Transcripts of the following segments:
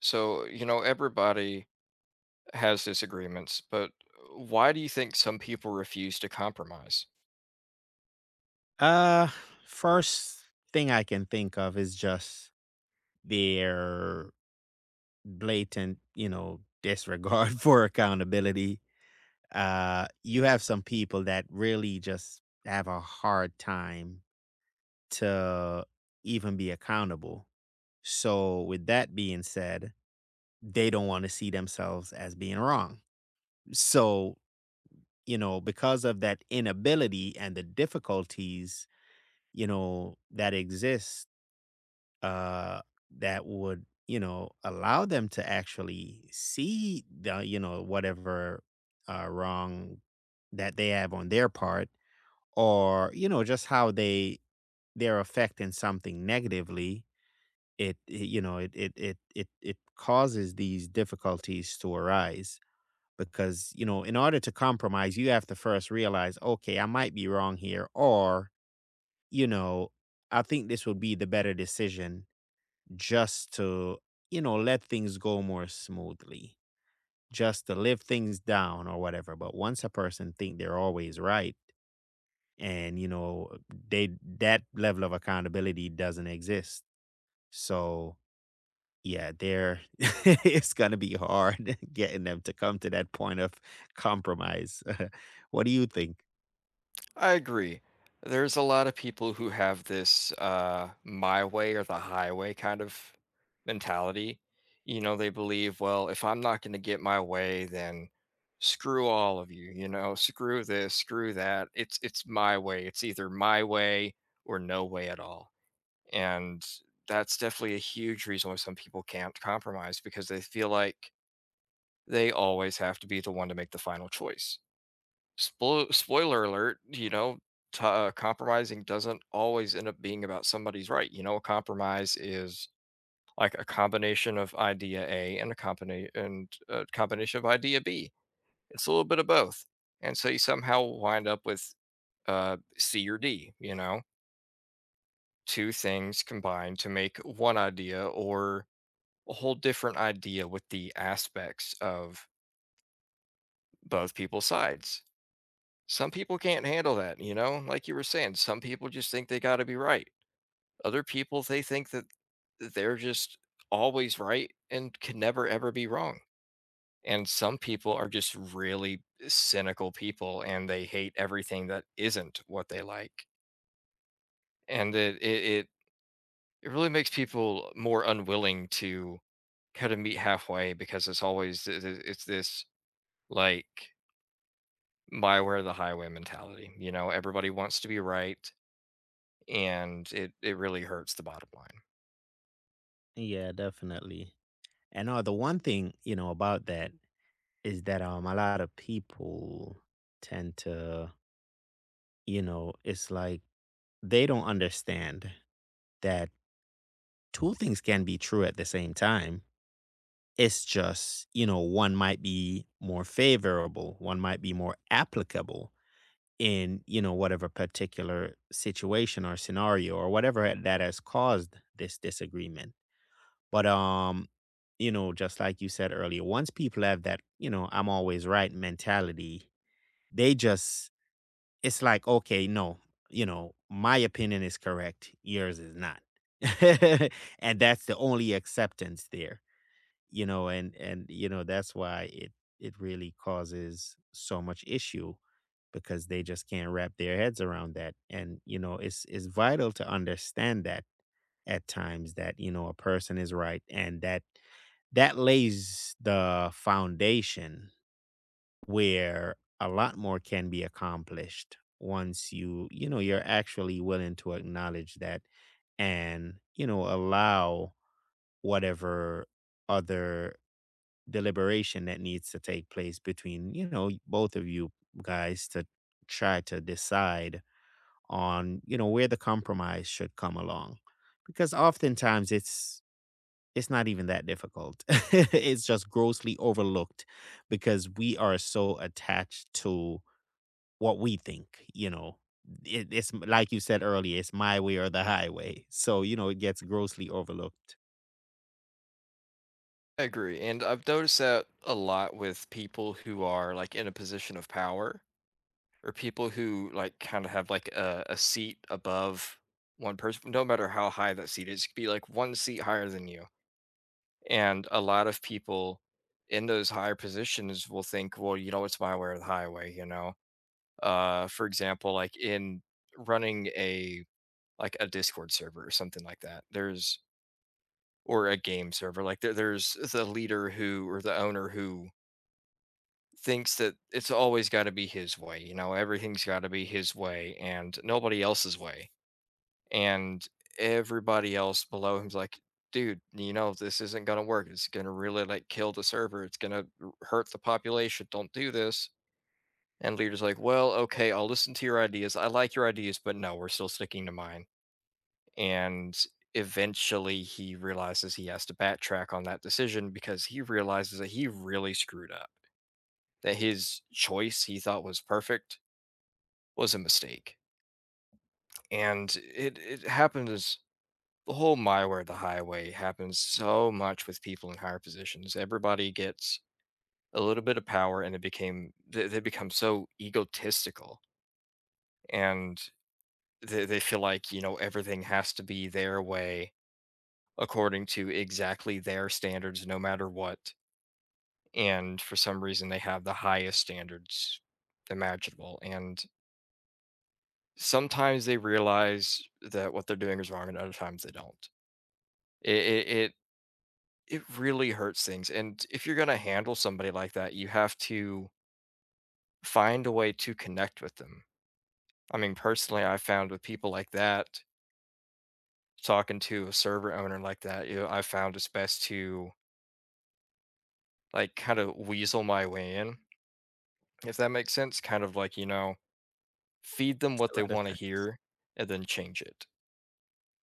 So, you know, everybody has disagreements, but why do you think some people refuse to compromise? Uh, first thing I can think of is just their blatant, disregard for accountability. You have some people that really just have a hard time to even be accountable. So, with that being said, they don't want to see themselves as being wrong. So, because of that inability and the difficulties, that exist uh, that would, allow them to actually see the, whatever wrong that they have on their part, or just how they're affecting something negatively. It you know, it causes these difficulties to arise because in order to compromise, you have to first realize, okay, I might be wrong here, or you know, I think this would be the better decision just to, let things go more smoothly, just to live things down or whatever. But once a person think they're always right and, you know, they that level of accountability doesn't exist. So yeah, there it's gonna be hard getting them to come to that point of compromise. What do you think? I agree. There's a lot of people who have this my way or the highway kind of mentality. You know, they believe, well, if I'm not going to get my way, then screw all of you, you know, screw this, screw that. It's my way. It's either my way or no way at all. And that's definitely a huge reason why some people can't compromise because they feel like they always have to be the one to make the final choice. Spoiler alert, you know, compromising doesn't always end up being about somebody's right. You know, a compromise is like a combination of idea A and a combination of idea B. It's a little bit of both. And so you somehow wind up with C or D, you know, two things combined to make one idea or a whole different idea with the aspects of both people's sides. Some people can't handle that, you know, like you were saying, some people just think they got to be right. Other people, they think that they're just always right and can never ever be wrong. And some people are just really cynical people and they hate everything that isn't what they like. And it really makes people more unwilling to kind of meet halfway because it's always it's this like Bioware the highway mentality. You know, everybody wants to be right, and it really hurts the bottom line. Yeah, definitely. And the one thing about that is that a lot of people tend to. It's like they don't understand that two things can be true at the same time. It's just, one might be more favorable, one might be more applicable in, whatever particular situation or scenario or whatever that has caused this disagreement. But just like you said earlier, once people have that, I'm always right mentality, they just. It's like, okay, no, my opinion is correct, yours is not. And that's the only acceptance there, that's why it really causes so much issue because they just can't wrap their heads around that. And, it's vital to understand that at times that, a person is right and that that lays the foundation where a lot more can be accomplished once you're actually willing to acknowledge that, and allow whatever other deliberation that needs to take place between both of you guys to try to decide on where the compromise should come along, because oftentimes it's not even that difficult. It's just grossly overlooked because we are so attached to what we think, Like you said earlier, it's my way or the highway. So, it gets grossly overlooked. I agree. And I've noticed that a lot with people who are like in a position of power or people who like kind of have like a seat above one person, no matter how high that seat is. It could be like one seat higher than you. And a lot of people in those higher positions will think, well, you know, it's my way or the highway, you know. For example, like in running a like a Discord server or something like that. There's or a game server. Like there's the leader who or the owner who thinks that it's always got to be his way. You know, everything's got to be his way and nobody else's way. And everybody else below him's like, dude, you know, this isn't gonna work. It's gonna really like kill the server. It's gonna hurt the population. Don't do this. And leader's like, well, okay, I'll listen to your ideas. I like your ideas, but no, we're still sticking to mine. And eventually he realizes he has to backtrack on that decision because he realizes that he really screwed up, that his choice he thought was perfect was a mistake. And it happens. The whole my way the highway happens so much with people in higher positions. Everybody gets a little bit of power and it became they become so egotistical. And they feel like you know everything has to be their way according to exactly their standards, no matter what. And for some reason, they have the highest standards imaginable. And sometimes they realize that what they're doing is wrong, and other times they don't. It it it, it really hurts things. And if you're gonna handle somebody like that, you have to find a way to connect with them. I mean, personally, I found with people like that, talking to a server owner like that, you know, I found it's best to like kind of weasel my way in if that makes sense. Kind of like, you know, feed them Makes what a they lot of want to sense. hear and then change it.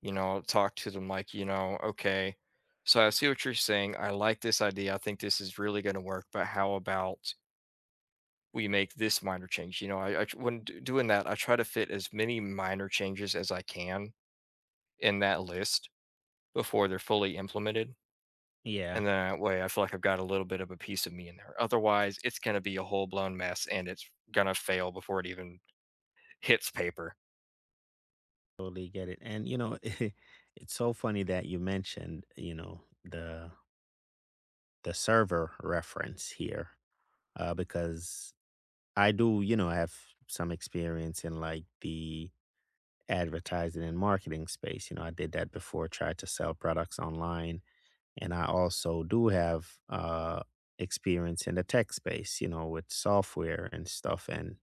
You know, talk to them like, you know, okay, so I see what you're saying. I like this idea. I think this is really going to work, but how about we make this minor change? You know, I tr- when d- doing that, I try to fit as many minor changes as I can in that list before they're fully implemented. Yeah, And then that way, I feel like I've got a little bit of a piece of me in there. Otherwise, it's going to be a whole blown mess and it's going to fail before it even hits paper. totally get it. And, it's so funny that you mentioned, the server reference here, because I do, have some experience in like the advertising and marketing space. I did that before, tried to sell products online. And I also do have experience in the tech space, with software and stuff. And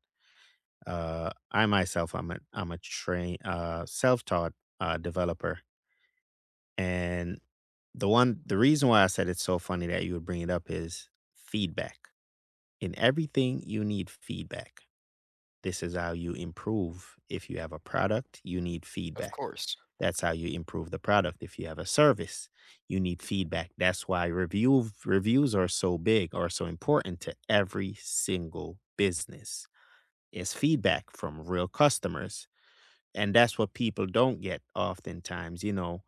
I myself, I'm a train self-taught developer. And the reason why I said it's so funny that you would bring it up is feedback. In everything, you need feedback. This is how you improve. If you have a product, you need Of feedback. course. That's how you improve the product. If you have a service, you need feedback. That's why reviews are so big or so important to every single business. It's feedback from real customers. And that's what people don't get oftentimes.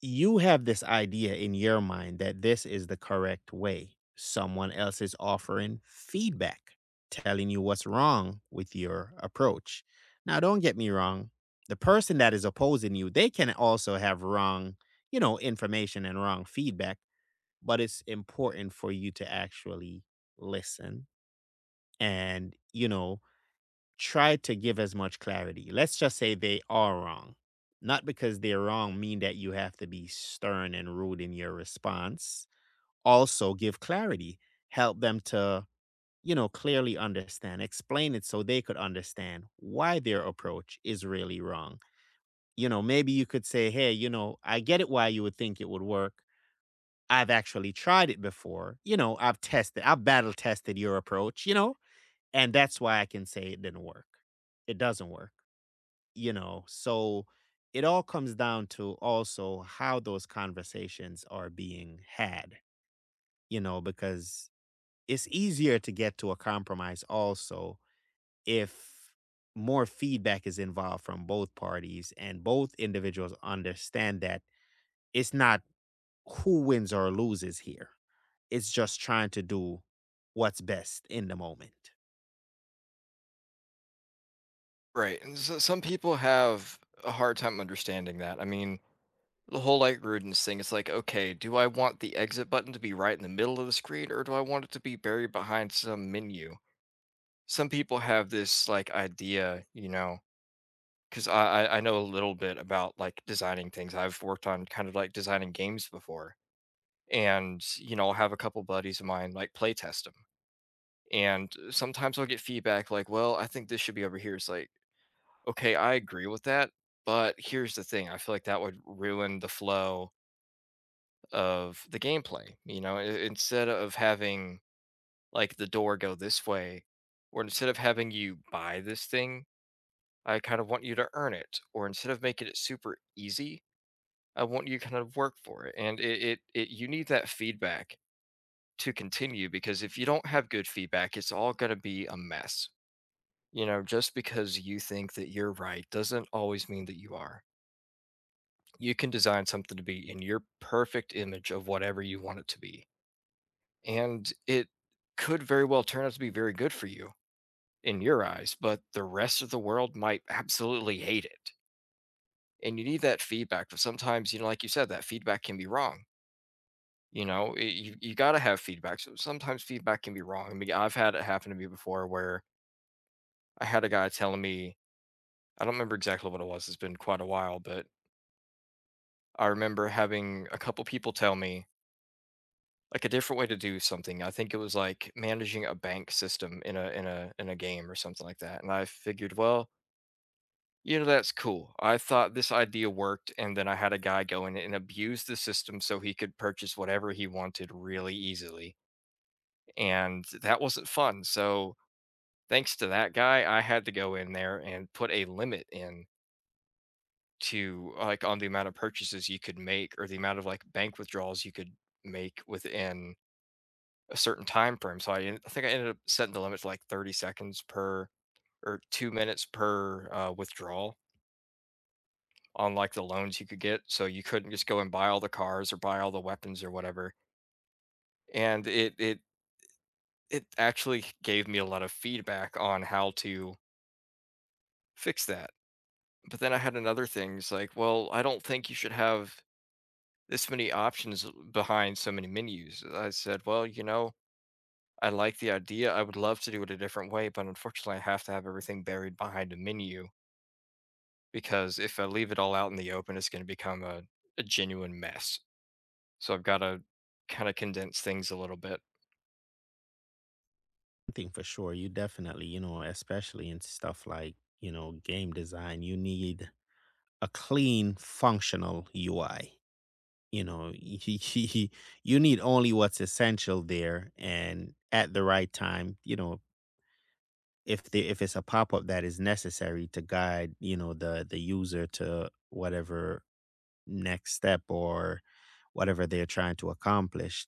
You have this idea in your mind that this is the correct way. Someone else is offering feedback, telling you what's wrong with your approach. Now, don't get me wrong. The person that is opposing you, they can also have wrong, information and wrong feedback, but it's important for you to actually listen and, try to give as much clarity. Let's just say they are wrong. Not because they're wrong mean that you have to be stern and rude in your response. Also give clarity. Help them to, clearly understand. Explain it so they could understand why their approach is really wrong. You know, maybe you could say, "Hey, you know, I get it why you would think it would work. I've actually tried it before. You know, I've tested, I've battle tested your approach, you know, and that's why I can say it didn't work. It doesn't work." So it all comes down to also how those conversations are being had, because it's easier to get to a compromise also if more feedback is involved from both parties, and both individuals understand that it's not who wins or loses here, it's just trying to do what's best in the moment. Right. And so some people have a hard time understanding that. I mean, the whole light rodents thing, it's like, okay, do I want the exit button to be right in the middle of the screen or do I want it to be buried behind some menu? Some people have this like idea, you know, because I know a little bit about like designing things. I've worked on kind of like designing games before. And, you know, I'll have a couple buddies of mine like play test them. And sometimes I'll get feedback like, well, I think this should be over here. It's like, okay, I agree with that, but here's the thing. I feel like that would ruin the flow of the gameplay. You know, instead of having like the door go this way, or instead of having you buy this thing, I kind of want you to earn it. Or instead of making it super easy, I want you to kind of work for it. And it, it, it you need that feedback to continue because if you don't have good feedback, it's all going to be a mess. You know, just because you think that you're right doesn't always mean that you are. You can design something to be in your perfect image of whatever you want it to be. And it could very well turn out to be very good for you in your eyes, but the rest of the world might absolutely hate it. And you need that feedback. But sometimes, you know, like you said, that feedback can be wrong. You know, you got to have feedback. So sometimes feedback can be wrong. I mean, I've had it happen to me before where I had a guy telling me, I don't remember exactly what it was. It's been quite a while, but I remember having a couple people tell me, like a different way to do something. I think it was like managing a bank system in a game or something like that. And I figured, well, you know, that's cool. I thought this idea worked, and then I had a guy go in and abuse the system so he could purchase whatever he wanted really easily. And that wasn't fun. So thanks to that guy, I had to go in there and put a limit in to like on the amount of purchases you could make or the amount of like bank withdrawals you could make within a certain time frame. So I think I ended up setting the limit to like 30 seconds per or 2 minutes per withdrawal on like the loans you could get. So you couldn't just go and buy all the cars or buy all the weapons or whatever. And it actually gave me a lot of feedback on how to fix that. But then I had another thing. It's like, well, I don't think you should have this many options behind so many menus. I said, well, you know, I like the idea. I would love to do it a different way, but unfortunately, I have to have everything buried behind a menu because if I leave it all out in the open, it's going to become a genuine mess. So I've got to kind of condense things a little bit. I think for sure you definitely, especially in stuff like, game design, you need a clean, functional UI. You need only what's essential there and at the right time, if the if it's a pop-up that is necessary to guide, the user to whatever next step or whatever they're trying to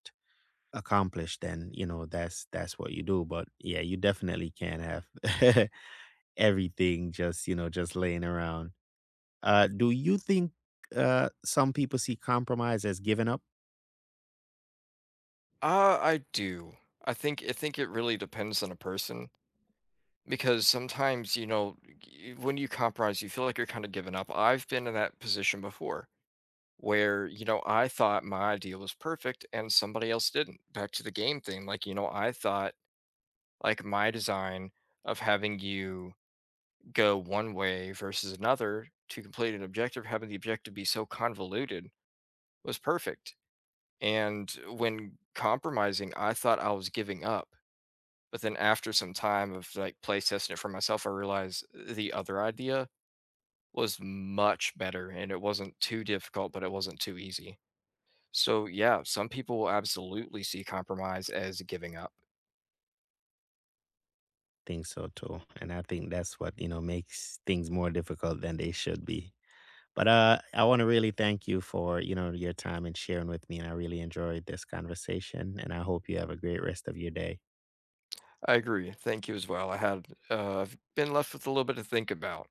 accomplish, then that's what you do. But yeah, you definitely can't have everything just, just laying around. Do you think some people see compromise as giving up? I do. I think it really depends on a person because sometimes, you know, when you compromise, you feel like you're kind of giving up. I've been in that position before where, you know, I thought my idea was perfect and somebody else didn't. Back to the game thing, like, you know, I thought like my design of having you go one way versus another to complete an objective, having the objective be so convoluted was perfect. And when compromising, I thought I was giving up. But then after some time of like play testing it for myself, I realized the other idea was much better and it wasn't too difficult, but it wasn't too easy. So yeah, some people will absolutely see compromise as giving up. Think so too, and I think that's what makes things more difficult than they should be. But I want to really thank you for your time and sharing with me, and I really enjoyed this conversation. And I hope you have a great rest of your day. I agree. Thank you as well. I had I've been left with a little bit to think about.